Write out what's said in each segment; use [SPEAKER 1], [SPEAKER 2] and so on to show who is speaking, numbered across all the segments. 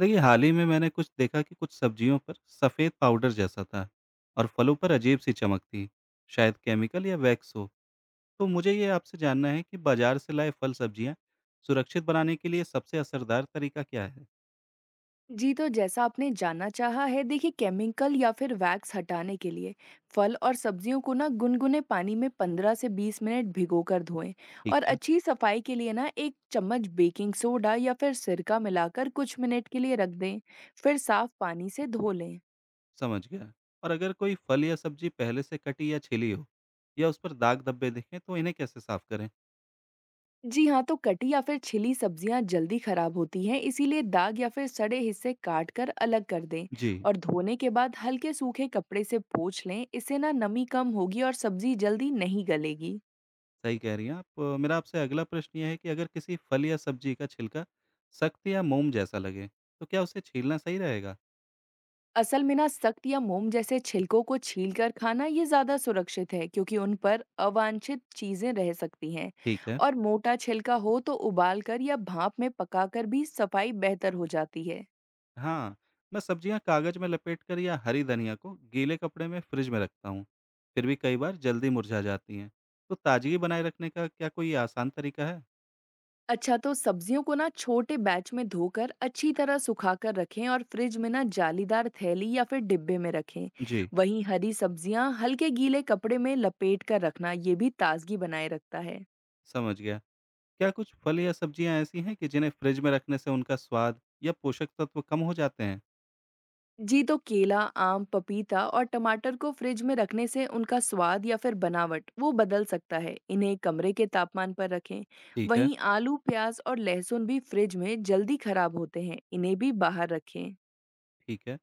[SPEAKER 1] देखिए, हाल ही में मैंने कुछ देखा कि कुछ सब्जियों पर सफ़ेद पाउडर जैसा था और फलों पर अजीब सी चमक थी, शायद केमिकल या वैक्स हो। तो मुझे ये आपसे जानना है कि बाजार से लाए फल सब्जियां सुरक्षित बनाने के लिए सबसे असरदार तरीका क्या है?
[SPEAKER 2] जी, तो जैसा आपने जानना चाहा है, देखिए केमिकल या फिर वैक्स हटाने के लिए फल और सब्जियों को ना गुनगुने पानी में 15 से 20 मिनट भिगोकर धोएं।
[SPEAKER 1] ठीक
[SPEAKER 2] और
[SPEAKER 1] है,
[SPEAKER 2] अच्छी सफाई के लिए ना एक चम्मच बेकिंग सोडा या फिर सिरका मिलाकर कुछ मिनट के लिए रख दें, फिर साफ पानी से धो लें।
[SPEAKER 1] समझ गया। और अगर कोई फल या सब्जी पहले से कटी या छिली हो या उस पर दाग धब्बे दिखें तो इन्हें कैसे साफ करें?
[SPEAKER 2] जी हाँ, तो कटी या फिर छिली सब्जियां जल्दी खराब होती हैं, इसीलिए दाग या फिर सड़े हिस्से काट कर अलग कर दें।
[SPEAKER 1] जी,
[SPEAKER 2] और धोने के बाद हल्के सूखे कपड़े से पोंछ लें, इससे ना नमी कम होगी और सब्जी जल्दी नहीं गलेगी।
[SPEAKER 1] सही कह रही हैं आप। मेरा आपसे अगला प्रश्न यह है कि अगर किसी फल या सब्जी का छिलका सख्त या मोम जैसा लगे तो क्या उसे छीलना सही रहेगा?
[SPEAKER 2] असल में ना सख्त या मोम जैसे छिलकों को छीलकर खाना ये ज्यादा सुरक्षित है क्योंकि उन पर अवांछित चीजें रह सकती हैं।
[SPEAKER 1] ठीक है।
[SPEAKER 2] और मोटा छिलका हो तो उबालकर या भाप में पकाकर भी सफाई बेहतर हो जाती है।
[SPEAKER 1] हाँ, मैं सब्जियाँ कागज में लपेटकर या हरी धनिया को गीले कपड़े में फ्रिज में रखता हूँ। फिर भी कई बार जल्दी मुरझा जाती हैं। तो ताजगी बनाए रखने का क्या कोई आसान तरीका है?
[SPEAKER 2] अच्छा, तो सब्जियों को ना छोटे बैच में धोकर अच्छी तरह सुखाकर रखें और फ्रिज में ना जालीदार थैली या फिर डिब्बे में रखें।
[SPEAKER 1] जी,
[SPEAKER 2] वहीं हरी सब्जियां हल्के गीले कपड़े में लपेट कर रखना ये भी ताजगी बनाए रखता है।
[SPEAKER 1] समझ गया। क्या कुछ फल या सब्जियाँ ऐसी हैं कि जिन्हें फ्रिज में रखने से उनका स्वाद या पोषक तत्व कम हो जाते हैं?
[SPEAKER 2] जी, तो केला, आम, पपीता और टमाटर को फ्रिज में रखने से उनका स्वाद या फिर बनावट वो बदल सकता है। इन्हें कमरे के तापमान पर रखें।
[SPEAKER 1] ठीक है,
[SPEAKER 2] वहीं आलू, प्याज और लहसुन भी फ्रिज में जल्दी खराब होते हैं। इन्हें भी बाहर रखें।
[SPEAKER 1] ठीक है।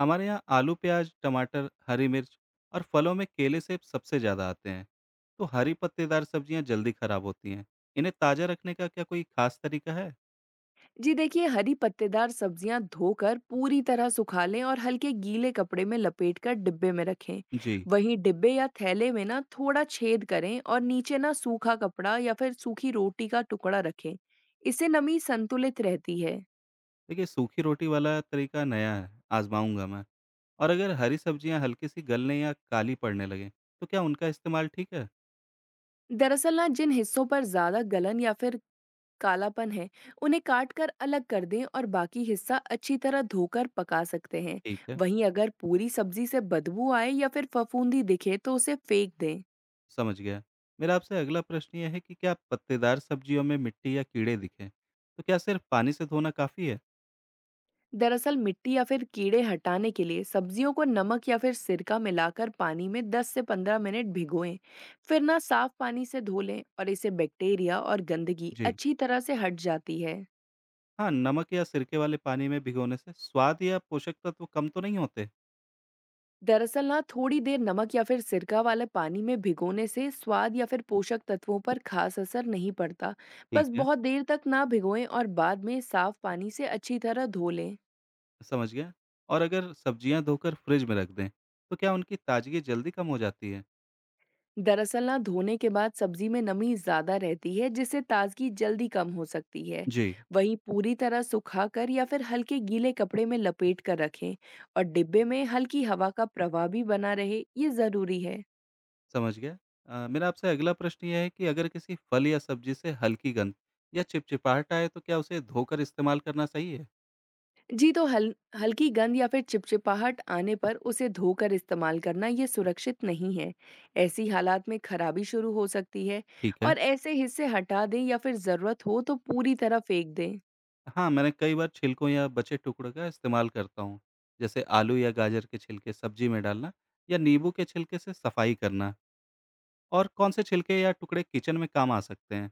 [SPEAKER 1] हमारे यहाँ आलू, प्याज, टमाटर, हरी मिर्च और फलों में केले, सेब सबसे ज़्यादा आते हैं। तो हरी पत्तेदार सब्जियाँ जल्दी खराब होती हैं। इन्हें ताज़ा रखने का क्या कोई खास तरीका है?
[SPEAKER 2] जी देखिए, हरी पत्तेदार सब्जियां धोकर पूरी तरह सुखा लें और हल्के गीले कपड़े में लपेटकर डिब्बे में रखें।
[SPEAKER 1] जी।
[SPEAKER 2] वहीं डिब्बे या थैले में ना थोड़ा छेद करें और नीचे ना सूखा कपड़ा या फिर सूखी रोटी का टुकड़ा रखें। इससे नमी संतुलित रहती है।
[SPEAKER 1] देखिए, सूखी रोटी वाला तरीका नया है, आज़माऊँगा मैं। और अगर हरी सब्जियाँ हल्की-सी गलने या काली पड़ने लगें, तो क्या उनका इस्तेमाल ठीक है?
[SPEAKER 2] दरअसल ना जिन हिस्सों पर ज्यादा गलन या फिर कालापन है उन्हें काट कर अलग कर दें और बाकी हिस्सा अच्छी तरह धोकर पका सकते हैं।
[SPEAKER 1] ठीक है,
[SPEAKER 2] वहीं अगर पूरी सब्जी से बदबू आए या फिर फफूंदी दिखे तो उसे फेंक दें।
[SPEAKER 1] समझ गया। मेरा आपसे अगला प्रश्न ये है कि क्या पत्तेदार सब्जियों में मिट्टी या कीड़े दिखें, तो क्या सिर्फ पानी से धोना काफ़ी है?
[SPEAKER 2] दरअसल मिट्टी या फिर कीड़े हटाने के लिए सब्जियों को नमक या फिर सिरका मिलाकर पानी में 10 से 15 मिनट भिगोएं। फिर ना साफ पानी से धो लें और इससे बैक्टीरिया और गंदगी
[SPEAKER 1] जी।
[SPEAKER 2] अच्छी तरह से हट जाती है।
[SPEAKER 1] हाँ, नमक या सिरके वाले पानी में भिगोने से स्वाद या पोषक तत्व कम तो नहीं होते?
[SPEAKER 2] दरअसल ना थोड़ी देर नमक या फिर सिरका वाले पानी में भिगोने से स्वाद या फिर पोषक तत्वों पर खास असर नहीं पड़ता।
[SPEAKER 1] ठीक
[SPEAKER 2] बस
[SPEAKER 1] है,
[SPEAKER 2] बहुत देर तक ना भिगोएं और बाद में साफ पानी से अच्छी तरह धो लें।
[SPEAKER 1] समझ गया। और अगर सब्जियाँ धोकर फ्रिज में रख दें, तो क्या उनकी ताज़गी जल्दी कम हो जाती है?
[SPEAKER 2] दरअसल ना धोने के बाद सब्जी में नमी ज्यादा रहती है जिससे ताजगी जल्दी कम हो सकती है।
[SPEAKER 1] जी।
[SPEAKER 2] वहीं पूरी तरह सुखा कर या फिर हल्के गीले कपड़े में लपेट कर रखें और डिब्बे में हल्की हवा का प्रवाह भी बना रहे ये जरूरी है।
[SPEAKER 1] समझ गया। मेरा आपसे अगला प्रश्न ये है कि अगर किसी फल या सब्ज़ी से हल्की गंध या चिपचिपाहट आए तो क्या उसे धोकर इस्तेमाल करना सही है?
[SPEAKER 2] जी, तो हल हल्की गंध या फिर चिपचिपाहट आने पर उसे धोकर इस्तेमाल करना ये सुरक्षित नहीं है। ऐसी हालात में खराबी शुरू हो सकती है
[SPEAKER 1] ठीक है।
[SPEAKER 2] और ऐसे हिस्से हटा दें या फिर ज़रूरत हो तो पूरी तरह फेंक दें।
[SPEAKER 1] हाँ, मैंने कई बार छिलकों या बचे टुकड़ों का इस्तेमाल करता हूँ। जैसे आलू या गाजर के छिलके सब्जी में डालना या नींबू के छिलके से सफाई करना। और कौन से छिलके या टुकड़े किचन में काम आ सकते हैं?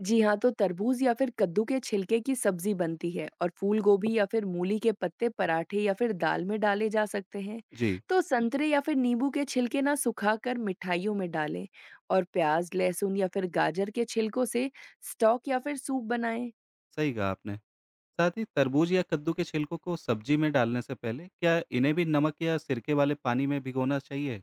[SPEAKER 2] जी हाँ, तो तरबूज या फिर कद्दू के छिलके की सब्जी बनती है और फूल गोभी या फिर मूली के पत्ते पराठे या फिर दाल में डाले जा सकते हैं।
[SPEAKER 1] जी,
[SPEAKER 2] तो संतरे या फिर नींबू के छिलके ना सुखाकर मिठाइयों में डालें और प्याज, लहसुन या फिर गाजर के छिलकों से स्टॉक या फिर सूप बनाएं।
[SPEAKER 1] सही कहा आपने। साथ ही तरबूज या कद्दू के छिलकों को सब्जी में डालने से पहले क्या इन्हें भी नमक या सिरके वाले पानी में भिगोना चाहिए?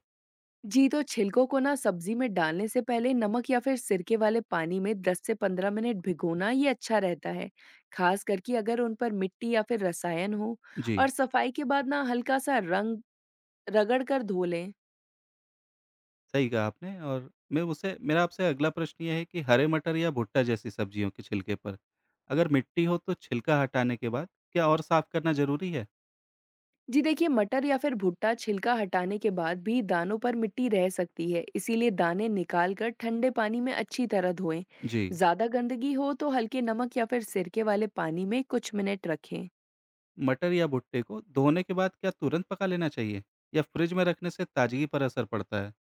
[SPEAKER 2] जी, तो छिलकों को ना सब्जी में डालने से पहले नमक या फिर सिरके वाले पानी में 10 से 15 मिनट भिगोना ये अच्छा रहता है, खास करके अगर उन पर मिट्टी या फिर रसायन हो।
[SPEAKER 1] जी।
[SPEAKER 2] और सफाई के बाद ना हल्का सा रंग रगड़ कर धो लें।
[SPEAKER 1] सही कहा आपने और मैं उसे मेरा आपसे अगला प्रश्न ये है कि हरे मटर या भुट्टा जैसी सब्जियों के छिलके पर अगर मिट्टी हो तो छिलका हटाने के बाद क्या और साफ करना जरूरी है?
[SPEAKER 2] जी देखिए, मटर या फिर भुट्टा छिलका हटाने के बाद भी दानों पर मिट्टी रह सकती है, इसीलिए दाने निकाल कर ठंडे पानी में अच्छी तरह धोएं।
[SPEAKER 1] जी,
[SPEAKER 2] ज्यादा गंदगी हो तो हल्के नमक या फिर सिरके वाले पानी में कुछ मिनट रखें।
[SPEAKER 1] मटर या भुट्टे को धोने के बाद क्या तुरंत पका लेना चाहिए या फ्रिज में रखने से ताजगी पर असर पड़ता है?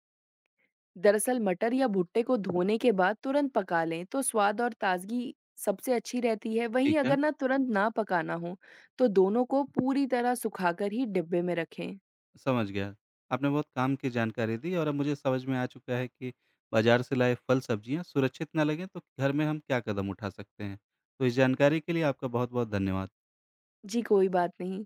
[SPEAKER 2] दरअसल मटर या भुट्टे को धोने के बाद तुरंत पका लें तो स्वाद और ताजगी सबसे अच्छी रहती है। वहीं
[SPEAKER 1] ठीक है,
[SPEAKER 2] अगर ना तुरंत ना पकाना हो तो दोनों को पूरी तरह सुखाकर ही डिब्बे में रखें।
[SPEAKER 1] समझ गया। आपने बहुत काम की जानकारी दी और अब मुझे समझ में आ चुका है कि बाजार से लाए फल सब्जियां सुरक्षित ना लगें तो घर में हम क्या कदम उठा सकते हैं। तो इस जानकारी के लिए आपका बहुत-बहुत धन्यवाद।
[SPEAKER 2] जी, कोई बात नहीं।